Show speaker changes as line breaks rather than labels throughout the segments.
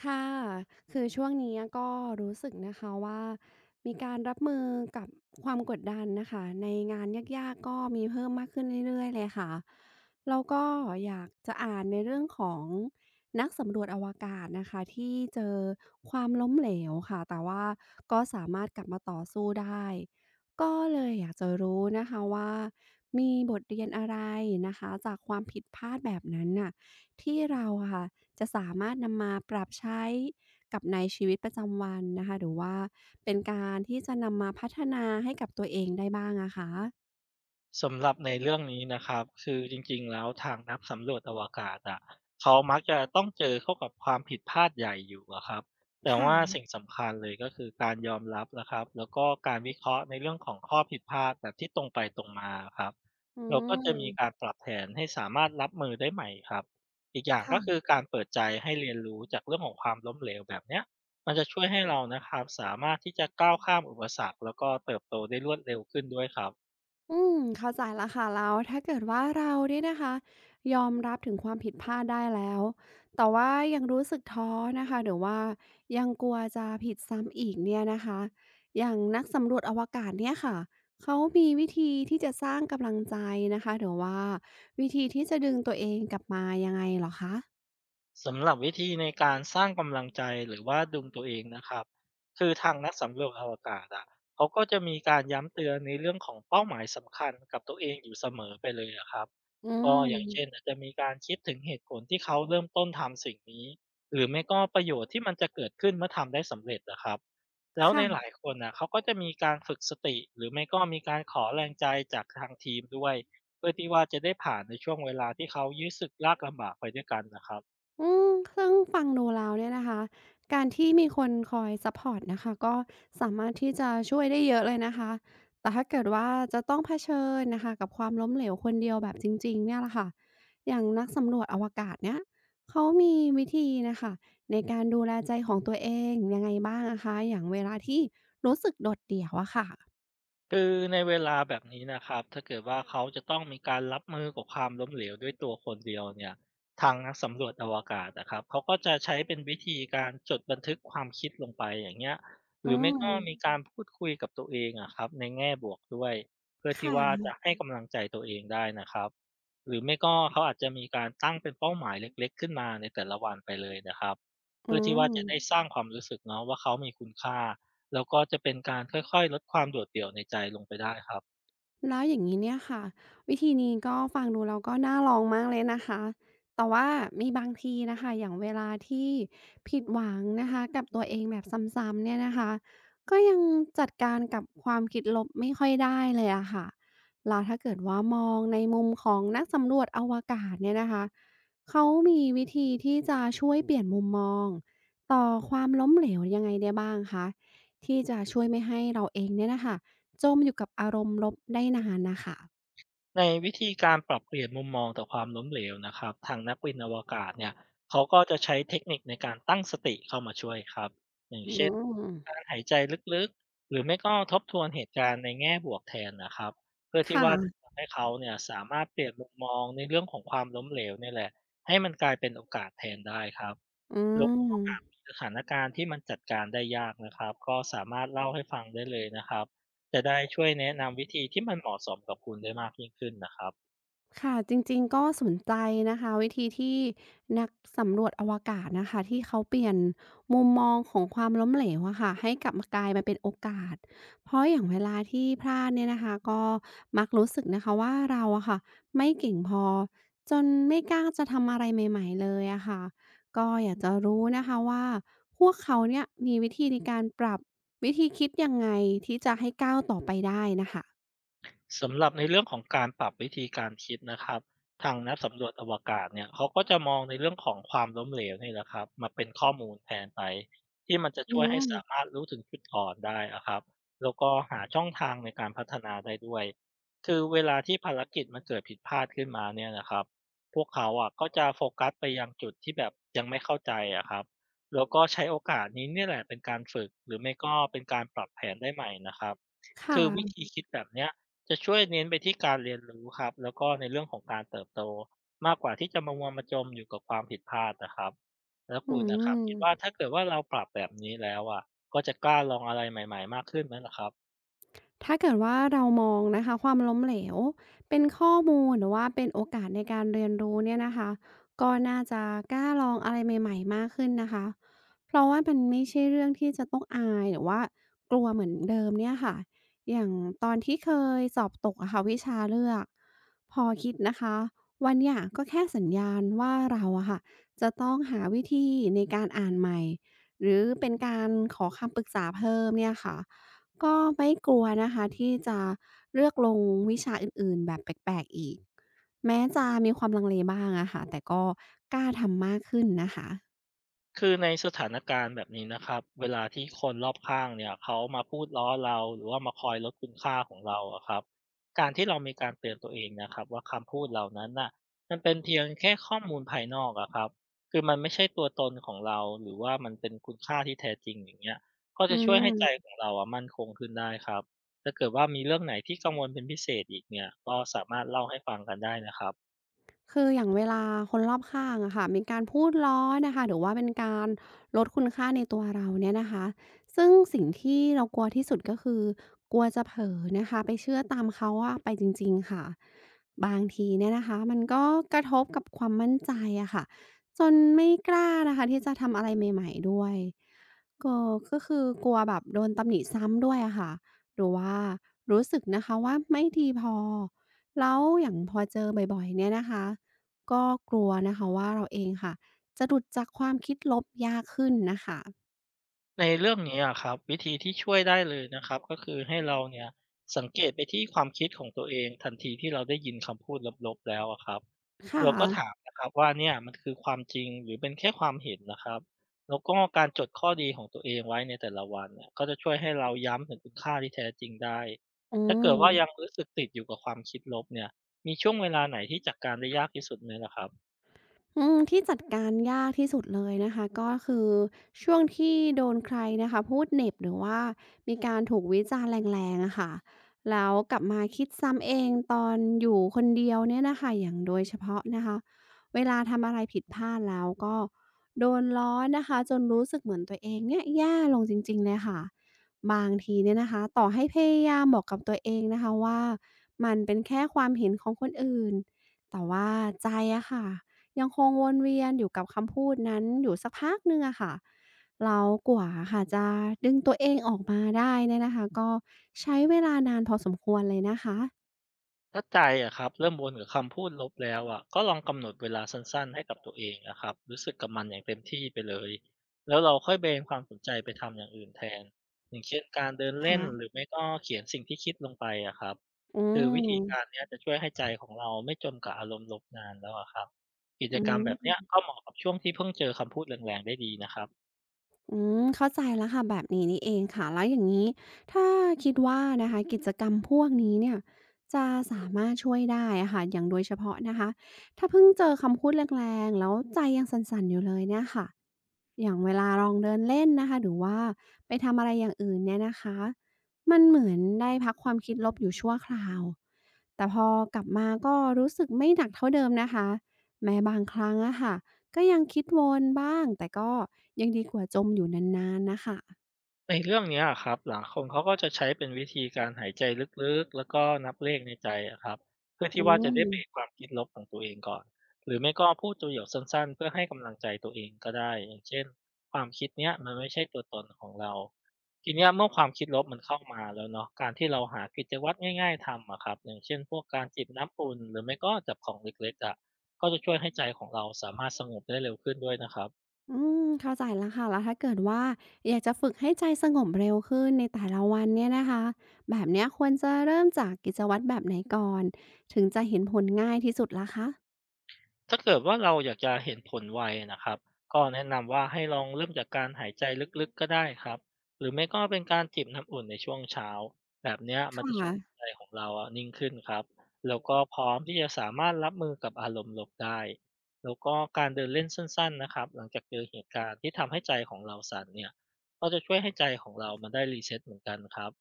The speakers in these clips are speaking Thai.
ค่ะ คือช่วงนี้ก็รู้สึกนะคะว่ามีการรับมือกับความกดดันน่ะค่ะในงานยากๆก็มีเพิ่มมากขึ้นเรื่อยๆเลยค่ะแล้วก็อยากจะอ่านในเรื่องของนักสำรวจอวกาศนะคะที่เจอความล้มเหลวค่ะ แต่ว่าก็สามารถกลับมาต่อสู้ได้ ก็เลยอยากจะรู้นะคะว่ามีบทเรียนอะไรนะคะจากความผิดพลาดแบบนั้นน่ะที่เราอะค่ะ จะสามารถนำมาปรับใช้กับในชีวิตประจำวันนะคะหรือว่าเป็นการที่จะนำมาพัฒนาให้กับตัวเองได้บ้างอะคะ
สำหรับในเรื่องนี้นะครับคือจริงๆแล้วทางนักสำรวจอวกาศอะเขามักจะต้องเจอเข้ากับความผิดพลาดใหญ่อยู่อะครับแต่ว่า
ค่ะ
สิ่งสำคัญเลยก็คือการยอมรับนะครับแล้วก็การวิเคราะห์ในเรื่องของข้อผิดพลาดแบบที่ตรงไปตรงมาครับ
อื
เราก็จะมีการ
ม
ปรับแผนให้สามารถรับมือได้ใหม่ครับอีกอย่างก็คือ
ค่ะ
การเปิดใจให้เรียนรู้จากเรื่องของความล้มเหลวแบบเนี้ยมันจะช่วยให้เรานะครับสามารถที่จะก้าวข้ามอุปสรรคแล้วก็เติบโตได้รวดเร็วขึ้นด้วยครับ
อืมเข้าใจแล้วค่ะแล้วถ้าเกิดว่าเราเนี่ยนะคะยอมรับถึงความผิดพลาดได้แล้วแต่ว่ายังรู้สึกท้อนะคะหรือว่ายังกลัวจะผิดซ้ำอีกเนี่ยนะคะอย่างนักสำรวจอวกาศเนี่ยค่ะเขามีวิธีที่จะสร้างกำลังใจนะคะหรือว่าวิธีที่จะดึงตัวเองกลับมายังไงเหรอคะ
สำหรับวิธีในการสร้างกำลังใจหรือว่าดึงตัวเองนะครับคือทางนักสำรวจอวกาศอ่ะเขาก็จะมีการย้ำเตือนในเรื่องของเป้าหมายสำคัญกับตัวเองอยู่เสมอไปเลยอะครับ
อื
ก็อย่างเช่น
ม
อาจจะมีการคิดถึงเหตุผลที่เขาเริ่มต้นทำสิ่งนี้หรือไม่ก็ประโยชน์ที่มันจะเกิดขึ้นเมื่อทำได้สำเร็จนะครับแล้วในห
ค่ะ
ลายคนนะเขาก็จะมีการฝึกสติหรือไม่ก็มีการขอแรงใจจากทางทีมด้วยเพื่อที่ว่าจะได้ผ่านในช่วงเวลาที่เขายื้สึกลากลำบากไปด้วยกันนะครับ
อืมซึ่งฟังดูแล้วเนี่ยนะคะการที่มีคนคอยซัปพอร์ตนะคะก็สามารถที่จะช่วยได้เยอะเลยนะคะ แต่ถ้าเกิดว่าจะต้องเผชิญนะคะกับความล้มเหลวคนเดียวแบบจริงๆเนี่ยล่ะค่ะ อย่างนักสำรวจอวกาศเนี่ยเขามีวิธีนะคะในการดูแลใจของตัวเองยังไงบ้างนะคะ อย่างเวลาที่รู้สึกโดดเดี่ยวอะค่ะ
คือในเวลาแบบนี้นะครับถ้าเกิดว่าเขาจะต้องมีการรับมือกับความล้มเหลวด้วยตัวคนเดียวเนี่ยทางนักสำรวจอวกาศนะครับเขาก็จะใช้เป็นวิธีการจดบันทึกความคิดลงไปอย่างเงี้ยห
อื
รือไม่
ม
ก็มีการพูดคุยกับตัวเองอะครับในแง่บวกด้วยเพื่อที่ว่า
ค่ะ
จะให้กำลังใจตัวเองได้นะครับหรือไม่ก็เขาอาจจะมีการตั้งเป็นเป้าหมายเล็กๆขึ้นมาในแต่ละวันไปเลยนะครับ
อื
เพื่อที่ว่า
ม
จะได้สร้างความรู้สึกเนาะว่าเขามีคุณค่า แล้วก็จะเป็นการค่อยๆลดความโดดเดี่ยวในใจลงไปได้ครับ
แล้วอย่างนี้เนี่ยค่ะวิธีนี้ก็ฟังดูแล้วก็น่าลองมากเลยนะคะแต่ว่ามีบางทีน่ะคะอย่างเวลาที่ผิดหวังนะคะกับตัวเองแบบซ้ำๆเนี่ยนะคะก็ยังจัดการกับความคิดลบไม่ค่อยได้เลยอะค่ะแล้วถ้าเกิดว่ามองในมุมของนักสำรวจอวกาศเนี่ยนะคะเขามีวิธีที่จะช่วยเปลี่ยนมุมมองต่อความล้มเหลวยังไงได้บ้างคะที่จะช่วยไม่ให้เราเองเนี่ยนะคะ จมอยู่กับอารมณ์ลบได้นานน่ะค่ะ
ในวิธีการปรับเปลี่ยนมุมมองต่อความล้มเหลวนะครับทางนักบินอวกาศเนี่ยเขาก็จะใช้เทคนิคในการตั้งสติเข้ามาช่วยครับอย่าง
อื
เช่น
ม
การหายใจลึกๆหรือไม่ก็ทบทวนเหตุการณ์ในแง่บวกแทนนะครับเพื่อที่
ค่ะ
ว่าจะทำให้เขาเนี่ยสามารถเปลี่ยนมุมมองในเรื่องของความล้มเหลวเนี่ยแหละให้มันกลายเป็นโอกาสแทนได้ครับ
อื
แล้วก็หาก
ม
มีสถานการณ์ที่มันจัดการได้ยากนะครับก็สามารถเล่าให้ฟังได้เลยนะครับจะได้ช่วยแนะนำวิธีที่มันเหมาะสมกับคุณได้มากยิ่งขึ้นนะครับ
ค่ะจริงๆก็สนใจนะคะวิธีที่นักสำรวจอวกาศนะคะที่เขาเปลี่ยนมุมมองของความล้มเหลวอะค่ะให้กลับมากลายมาเป็นโอกาสเพราะอย่างเวลาที่พลาดเนี่ยนะคะก็มักรู้สึกนะคะว่าเราอะค่ะไม่เก่งพอจนไม่กล้าจะทำอะไรใหม่ๆเลยอะค่ะก็อยากจะรู้นะคะว่าพวกเขาเนี่ยมีวิธีในการปรับวิธีคิดยังไงที่จะให้ก้าวต่อไปได้น่ะค่ะ
สำหรับในเรื่องของการปรับวิธีการคิดนะครับทางนักสำรวจอวกาศเนี่ยเขาก็จะมองในเรื่องของความล้มเหลวนี่แหละครับมาเป็นข้อมูลแทนไปที่มันจะ
อื
ช่วยให้
ม
สามารถรู้ถึงจุดอ่อนได้อะครับแล้วก็หาช่องทางในการพัฒนาได้ด้วยคือเวลาที่ภารกิจมันเกิดผิดพลาดขึ้นมาเนี่ยนะครับพวกเขาอ่ะก็จะโฟกัสไปยังจุดที่แบบยังไม่เข้าใจอะครับแล้วก็ใช้โอกาสนี้เนี่ยแหละเป็นการฝึกหรือไม่ก็เป็นการปรับแผนได้ใหม่นะครับ
ค
คือวิ
่ะ
ธีคิดแบบเนี้ย จะช่วยเน้นไปที่การเรียนรู้ครับแล้วก็ในเรื่องของการเติบโตมากกว่าที่จะมามัวมาจมอยู่กับความผิดพลาดนะครับแล้ว
อื
คุณนะครับ
ม
คิดว่าถ้าเกิดว่าเราปรับแบบนี้แล้วอ่ะก็จะกล้าลองอะไรใหม่ๆมากขึ้นไหมล่ะครับ
ถ้าเกิดว่าเรามองนะคะความล้มเหลวเป็นข้อมูลหรือว่าเป็นโอกาสในการเรียนรู้เนี่ยนะคะก็น่าจะกล้าลองอะไรใหม่ๆมากขึ้นนะคะเพราะว่ามันไม่ใช่เรื่องที่จะต้องอายหรือว่ากลัวเหมือนเดิมเนี่ยค่ะอย่างตอนที่เคยสอบตกอะค่ะวิชาเลือกพอคิดนะคะวันหยาก็แค่สัญญาณว่าเราอะค่ะจะต้องหาวิธีในการอ่านใหม่หรือเป็นการขอคำปรึกษาเพิ่มเนี่ยค่ะ ก็ไม่กลัวนะคะที่จะเลือกลงวิชาอื่นๆแบบแปลกๆอีกแม้จะมีความลังเลบ้างอะค่ะแต่ก็กล้าทำมากขึ้นนะคะ
คือในสถานการณ์แบบนี้นะครับเวลาที่คนรอบข้างเนี่ยเขามาพูดล้อเราหรือว่ามาคอยลดคุณค่าของเราอะครับการที่เรามีการเตือนตัวเองนะครับว่าคำพูดเหล่านั้นน่ะมันเป็นเพียงแค่ข้อมูลภายนอกอะครับคือมันไม่ใช่ตัวตนของเราหรือว่ามันเป็นคุณค่าที่แท้จริงอย่างเงี้ยก็
อื
จะช่วยให้ใจ
ม
ของเราอะมั่นคงขึ้นได้ครับถ้าเกิดว่ามีเรื่องไหนที่กังวลเป็นพิเศษอีกเนี่ยก็สามารถเล่าให้ฟังกันได้นะครับ
คืออย่างเวลาคนรอบข้างอะค่ะมีการพูดล้อนะคะหรือว่าเป็นการลดคุณค่าในตัวเราเนี่ยนะคะซึ่งสิ่งที่เรากลัวที่สุดก็คือกลัวจะเผลอนะคะไปเชื่อตามเขาอะไปจริงๆค่ะบางทีเนี่ยนะคะมันก็กระทบกับความมั่นใจอะค่ะจนไม่กล้านะคะที่จะทำอะไรใหม่ๆด้วยก็ก็คือกลัวแบบโดนตำหนิซ้ำด้วยอะค่ะหรือว่ารู้สึกนะคะว่าไม่ดีพอ แล้วอย่างพอเจอบ่อยๆเนี่ยนะคะก็กลัวนะคะว่าเราเองค่ะจะหลุดจากความคิดลบยากขึ้นน่ะค่ะ
ในเรื่องนี้อะครับวิธีที่ช่วยได้เลยนะครับก็คือให้เราเนี่ยสังเกตไปที่ความคิดของตัวเองทันทีที่เราได้ยินคำพูดลบๆแล้วอะครับ
ค่
เราก็ถา
ะ
มนะครับว่าเนี่ยมันคือความจริงหรือเป็นแค่ความเห็นนะครับแล้วก็การจดข้อดีของตัวเองไว้ในแต่ละวันเนี่ยก็จะช่วยให้เราย้ำถึงคุณค่าที่แท้จริงได้
อื
ถ้าเกิดว่ายัง
ม
รู้สึกติดอยู่กับความคิดลบเนี่ยมีช่วงเวลาไหนที่จัดการได้ยากที่สุดไหมล่ะครับ
อืมที่จัดการยากที่สุดเลยนะคะก็คือช่วงที่โดนใครนะคะพูดเหน็บหรือว่ามีการถูกวิจารณ์แรงๆอะค่ะแล้วกลับมาคิดซ้ำเองตอนอยู่คนเดียวเนี่ยน่ะค่ะอย่างโดยเฉพาะนะคะเวลาทำอะไรผิดพลาดแล้วก็โดนล้อนะคะจนรู้สึกเหมือนตัวเองเนี่ยแย่ลงจริงๆเลยค่ะบางทีเนี่ยนะคะต่อให้พยายามบอกกับตัวเองนะคะว่ามันเป็นแค่ความเห็นของคนอื่นแต่ว่าใจอะค่ะ ยังคงวนเวียนอยู่กับคำพูดนั้นอยู่สักพักหนึ่งอะค่ะแล้วกว่าค่ะจะดึงตัวเองออกมาได้เนี่ยนะคะก็ใช้เวลานานพอสมควรเลยนะคะ
ถ้าใจอะครับเริ่มวนกับคำพูดลบแล้วอะก็ลองกำหนดเวลาสั้นๆให้กับตัวเองนะครับรู้สึกกับมันอย่างเต็มที่ไปเลยแล้วเราค่อยเบนความสนใจไปทำอย่างอื่นแทนอย่างเช่นการเดิน
ค
เล่นหรือ
่ะ
ไม่ก็เขียนสิ่งที่คิดลงไปอะครับ
อื
คือวิ
ม
ธีการเนี้ยจะช่วยให้ใจของเราไม่จมกับอารมณ์ลบนานแล้วอะครับกิจ
อื
กรรมแบบเนี้
ม
ยก็เหมาะกับช่วงที่เพิ่งเจอคำพูดแรงๆได้ดีนะครับ
อืมเข้าใจแล้วค่ะแบบนี้นี่เองค่ะแล้วอย่างนี้ถ้าคิดว่านะคะกิจกรรมพวกนี้เนี่ยจะสามารถช่วยได้อะค่ะอย่างโดยเฉพาะนะคะถ้าเพิ่งเจอคำพูดแรงๆแล้วใจยังสั่นๆอยู่เลยเนี่ยค่ะ อย่างเวลาลองเดินเล่นนะคะหรือว่าไปทำอะไรอย่างอื่นเนี่ยนะคะมันเหมือนได้พักความคิดลบอยู่ชั่วคราวแต่พอกลับมาก็รู้สึกไม่หนักเท่าเดิมนะคะแม้บางครั้งอะค่ะก็ยังคิดวนบ้างแต่ก็ยังดีกว่าจมอยู่นานๆนะคะ
ในเรื่องเนี้ยอะครับหลายคนเขาก็จะใช้เป็นวิธีการหายใจลึกๆแล้วก็นับเลขในใจอะครับเพื่อ
อื
ที่ว่าจะ
ม
ได้เบรกความคิดลบของตัวเองก่อนหรือไม่ก็พูดประโยคสั้นๆเพื่อให้กำลังใจตัวเองก็ได้อย่างเช่นความคิดเนี้ยมันไม่ใช่ตัวตนของเราทีเนี้ยเมื่อความคิดลบมันเข้ามาแล้วเนาะการที่เราหากิจวัตรง่ายๆทำอะครับอย่างเช่นพวกการจิบน้ำอุ่นหรือไม่ก็จับของเล็กๆอะก็จะช่วยให้ใจของเราสามารถสงบได้เร็วขึ้นด้วยนะครับ
อืมเข้าใจแล้วค่ะแล้วถ้าเกิดว่าอยากจะฝึกให้ใจสงบเร็วขึ้นในแต่ละวันเนี่ยนะคะแบบเนี้ยควรจะเริ่มจากกิจวัตรแบบไหนก่อนถึงจะเห็นผลง่ายที่สุดล่ะคะ
ถ้าเกิดว่าเราอยากจะเห็นผลไวนะครับก็แนะนำว่าให้ลองเริ่มจากการหายใจลึกๆก็ได้ครับหรือไม่ก็เป็นการจิบน้ำอุ่นในช่วงเช้าแบบเนี้ย
ค
มันจะช่
่ะ
วยให้ใจของเราอะนิ่งขึ้นครับแล้วก็พร้อมที่จะสามารถรับมือกับอารมณ์ลบได้แล้วก็การเดินเล่นสั้นๆนะครับหลังจากเจอเหตุการณ์ที่ทำให้ใจของเราสั่นเนี่ยก็จะช่วยให้ใจของเรามันได้รีเซ็ตเหมือนกันครับ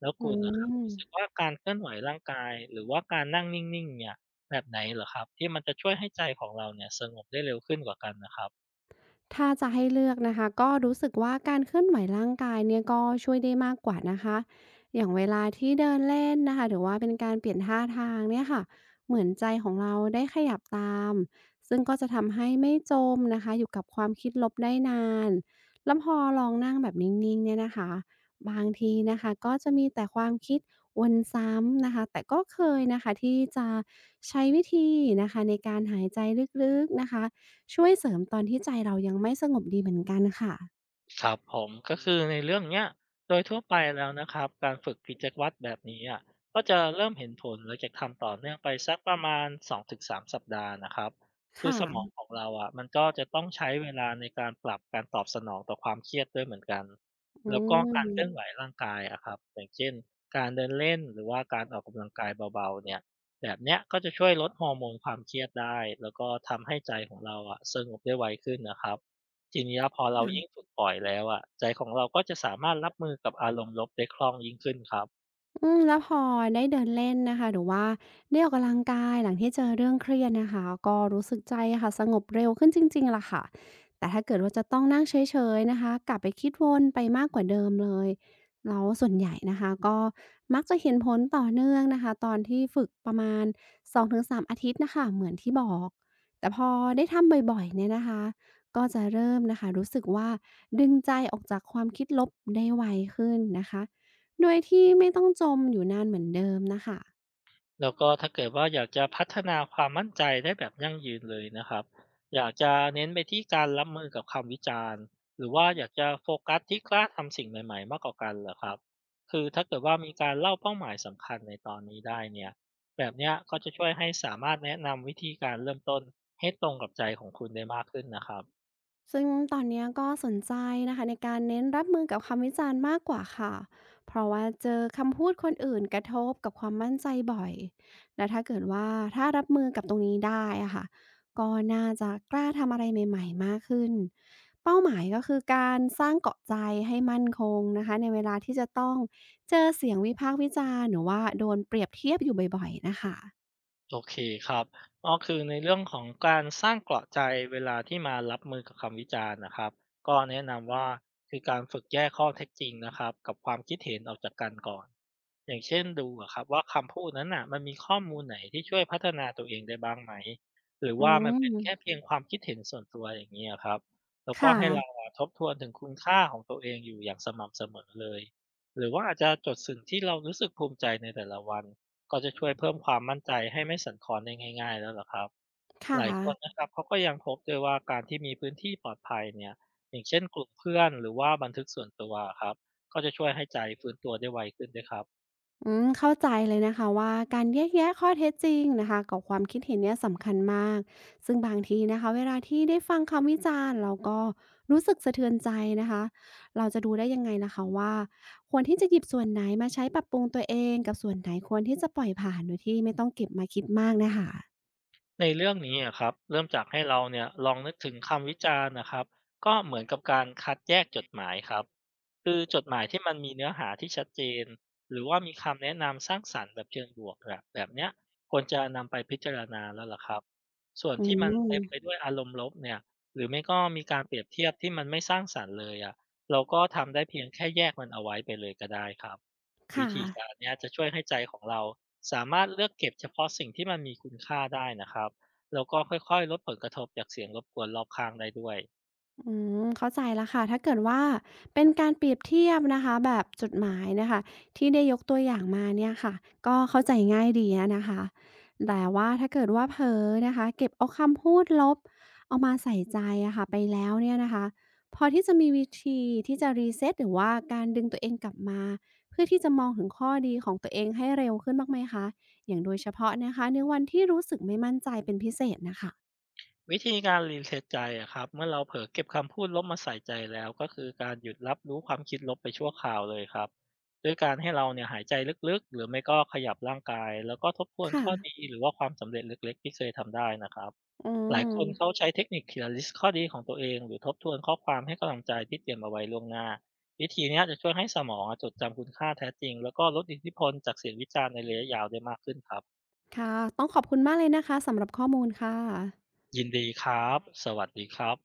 แล้ว
อื
คุณน่ะครับ
ม
รู้สึกว่าการเคลื่อนไหวร่างกายหรือว่าการนั่งนิ่งๆเนี่ยแบบไหนเหรอครับที่มันจะช่วยให้ใจของเราเนี่ยสงบได้เร็วขึ้นกว่ากันน่ะครับ
ถ้าจะให้เลือกนะคะ ก็รู้สึกว่าการเคลื่อนไหวร่างกายเนี่ยก็ช่วยได้มากกว่านะคะ อย่างเวลาที่เดินเล่นนะคะหรือว่าเป็นการเปลี่ยนท่าทางเนี่ยค่ะ เหมือนใจของเราได้ขยับตาม ซึ่งก็จะทำให้ไม่จมนะคะ อยู่กับความคิดลบได้นานแล้วพอลองนั่งแบบนิ่งๆเนี่ยนะคะบางทีนะคะก็จะมีแต่ความคิดวนซ้ำนะคะ แต่ก็เคยนะคะที่จะใช้วิธีนะคะในการหายใจลึกๆนะคะ ช่วยเสริมตอนที่ใจเรายังไม่สงบดีเหมือนกันค่ะ
ครับผมก็คือในเรื่องเนี้ยโดยทั่วไปแล้วนะครับการฝึกกิจวัตรแบบนี้อ่ะก็จะเริ่มเห็นผลหลังจากทำต่อเนื่องไปสักประมาณ2-3สามสัปดาห์นะครับคือ
ค่ะ
สมองของเราอ่ะมันก็จะต้องใช้เวลาในการปรับการตอบสนองต่อความเครียดด้วยเหมือนกัน
อื
แล้วก็การเคลื่อนไหว
ม
ร่างกายอะครับอย่างเช่นการเดินเล่นหรือว่าการออกกำลังกายเบาๆเนี่ยแบบเนี้ยก็จะช่วยลดฮอร์โมนความเครียดได้แล้วก็ทำให้ใจของเราอ่ะสงบได้ไวขึ้นนะครับ ทีเนี้ยพอเรายิ่ง
ค่ะ
ฝึกบ่อยแล้วอะใจของเราก็จะสามารถรับมือกับอารมณ์ลบได้คล่องยิ่งขึ้นครับ
อืมแล้วพอได้เดินเล่นนะคะหรือว่าได้ออกกำลังกายหลังที่เจอเรื่องเครียดนะคะก็รู้สึกใจอะค่ะสงบเร็วขึ้นจริงๆล่ะค่ะแต่ถ้าเกิดว่าจะต้องนั่งเฉยๆนะคะกลับไปคิดวนไปมากกว่าเดิมเลยแล้วส่วนใหญ่นะคะก็มักจะเห็นผลต่อเนื่องนะคะตอนที่ฝึกประมาณ2-3องถึงสามอาทิตย์น่ะค่ะเหมือนที่บอกแต่พอได้ทำบ่อยๆเนี่ยนะคะก็จะเริ่มนะคะรู้สึกว่าดึงใจออกจากความคิดลบได้ไวขึ้นนะคะ โดยที่ไม่ต้องจมอยู่นานเหมือนเดิมนะคะ
แล้วก็ถ้าเกิดว่าอยากจะพัฒนาความมั่นใจได้แบบยั่งยืนเลยนะครับอยากจะเน้นไปที่การรับมือกับคำวิจารณ์หรือว่าอยากจะโฟกัสที่กล้าทำสิ่งใหม่ๆมากกว่ากันเหรอครับคือถ้าเกิดว่ามีการเล่าเป้าหมายสำคัญในตอนนี้ได้เนี่ยแบบเนี้ยก็จะช่วยให้สามารถแนะนำวิธีการเริ่มต้นให้ตรงกับใจของคุณได้มากขึ้นนะครับ
ซึ่งตอนเนี้ยก็สนใจนะคะในการเน้นรับมือกับคำวิจารณ์มากกว่าค่ะเพราะว่าเจอคำพูดคนอื่นกระทบกับความมั่นใจบ่อยและถ้าเกิดว่าถ้ารับมือกับตรงนี้ได้อะค่ะก็น่าจะกล้าทำอะไรใหม่ๆมากขึ้น เป้าหมายก็คือการสร้างเกาะใจให้มั่นคงนะคะในเวลาที่จะต้องเจอเสียงวิพากษ์วิจารณ์หรือว่าโดนเปรียบเทียบอยู่บ่อยๆนะคะ
โอเคครับก็คือในเรื่องของการสร้างเกราะใจเวลาที่มารับมือกับคำวิจารณ์นะครับก็แนะนำว่าคือการฝึกแยกข้อเท็จจริงนะครับกับความคิดเห็นออกจากกันก่อนอย่างเช่นดูอะครับว่าคำพูดนั้นน่ะมันมีข้อมูลไหนที่ช่วยพัฒนาตัวเองได้บ้างไหมหรือ
อื
ว่ามันเป็นแค่
ม
เพียงความคิดเห็นส่วนตัวอย่างนี้ยครับแล้วก็
ค่ะ
ให้เราอะทบทวนถึงคุณค่าของตัวเองอยู่อย่างสม่ำเสมอเลยหรือว่าอาจจะจดสิ่งที่เรารู้สึกภูมิใจในแต่ละวัน ก็จะช่วยเพิ่มความมั่นใจให้ไม่สั่นคลอนได้ง่ายๆแล้วเหรอครับห
ค่ะ
ลายคนนะครับเขาก็ยังพบด้วยว่าการที่มีพื้นที่ปลอดภัยเนี่ยอย่างเช่นกลุ่มเพื่อนหรือว่าบันทึกส่วนตัวครับก็จะช่วยให้ใจฟื้นตัวได้ไวขึ้นด้วยครับ
อืมเข้าใจเลยนะคะว่าการแยกแยะข้อเท็จจริงนะคะกับความคิดเห็นเนี่ยสำคัญมากซึ่งบางทีนะคะเวลาที่ได้ฟังคำวิจารณ์เราก็รู้สึกสะเทือนใจนะคะเราจะดูได้ยังไงนะคะว่าควรที่จะหยิบส่วนไหนมาใช้ปรับปรุงตัวเองกับส่วนไหนควรที่จะปล่อยผ่านโดยที่ไม่ต้องเก็บมาคิดมากนะคะ
ในเรื่องนี้อะครับเริ่มจากให้เราเนี่ยลองนึกถึงคำวิจารณ์นะครับก็เหมือนกับการคัดแยกจดหมายครับคือจดหมายที่มันมีเนื้อหาที่ชัดเจนหรือว่ามีคำแนะนำสร้างสรรค์แบบเชิงบวกแบบเนี้ยควรจะนำไปพิจารณาแล้วล่ะครับส่วน
อื
ที่มัน
ม
เต็มไปด้วยอารมณ์ลบเนี่ยหรือไม่ก็มีการเปรียบเทียบที่มันไม่สร้างสรรค์เลยอ่ะเราก็ทำได้เพียงแค่แยกมันเอาไว้ไปเลยก็ได้ครับวิ
ค่ะ
ธีการเนี้ยจะช่วยให้ใจของเรา สามารถเลือกเก็บเฉพาะสิ่งที่มันมีคุณค่าได้นะครับแล้วก็ค่อยๆลดผลกระทบจากเสียงรบกวนรอบข้างได้ด้วย
อืมเข้าใจแล้วค่ะถ้าเกิดว่าเป็นการเปรียบเทียบนะคะแบบจุดหมายนะคะที่ได้ยกตัวอย่างมาเนี่ยค่ะก็เข้าใจง่ายดีอะนะคะแต่ว่าถ้าเกิดว่าเผลอนะคะเก็บเอาคำพูดลบเอามาใส่ใจอะค่ะไปแล้วเนี่ยนะคะพอที่จะมีวิธีที่จะ r e ซ e ตหรือว่าการดึงตัวเองกลับมาเพื่อที่จะมองถึงข้อดีของตัวเองให้เร็วขึ้นบ้างไหมคะอย่างโดยเฉพาะนะคะในวันที่รู้สึกไม่มั่นใจเป็นพิเศษนะคะ
วิธีการรีเซ็ตใจอะครับเมื่อเราเผลอเก็บคำพูดลบมาใส่ใจแล้วก็คือการหยุดรับรู้ความคิดลบไปชั่วคราวเลยครับด้วยการให้เราเนี่ยหายใจลึกๆหรือไม่ก็ขยับร่างกายแล้วก็ทบทวนข้อ
ค่ะ
ดีหรือว่าความสำเร็จเล็กๆที่เคยทำได้นะครับ
อื
หลายคนเขา
ม
ใช้เทคนิคทีละลิสต์ข้อดีของตัวเองหรือทบทวนข้อความให้กำลังใจที่เตรียมเอาไว้ล่วงหน้าวิธีเนี้ยจะช่วยให้สมองอะจดจำคุณค่าแท้จริงแล้วก็ลดอิทธิพลจากเสียงวิจารณ์ในระยะยาวได้มากขึ้นครับ
ค่ะ ต้องขอบคุณมากเลยนะคะสำหรับข้อมูลค่ะ
ยินดีครับสวัสดีครับ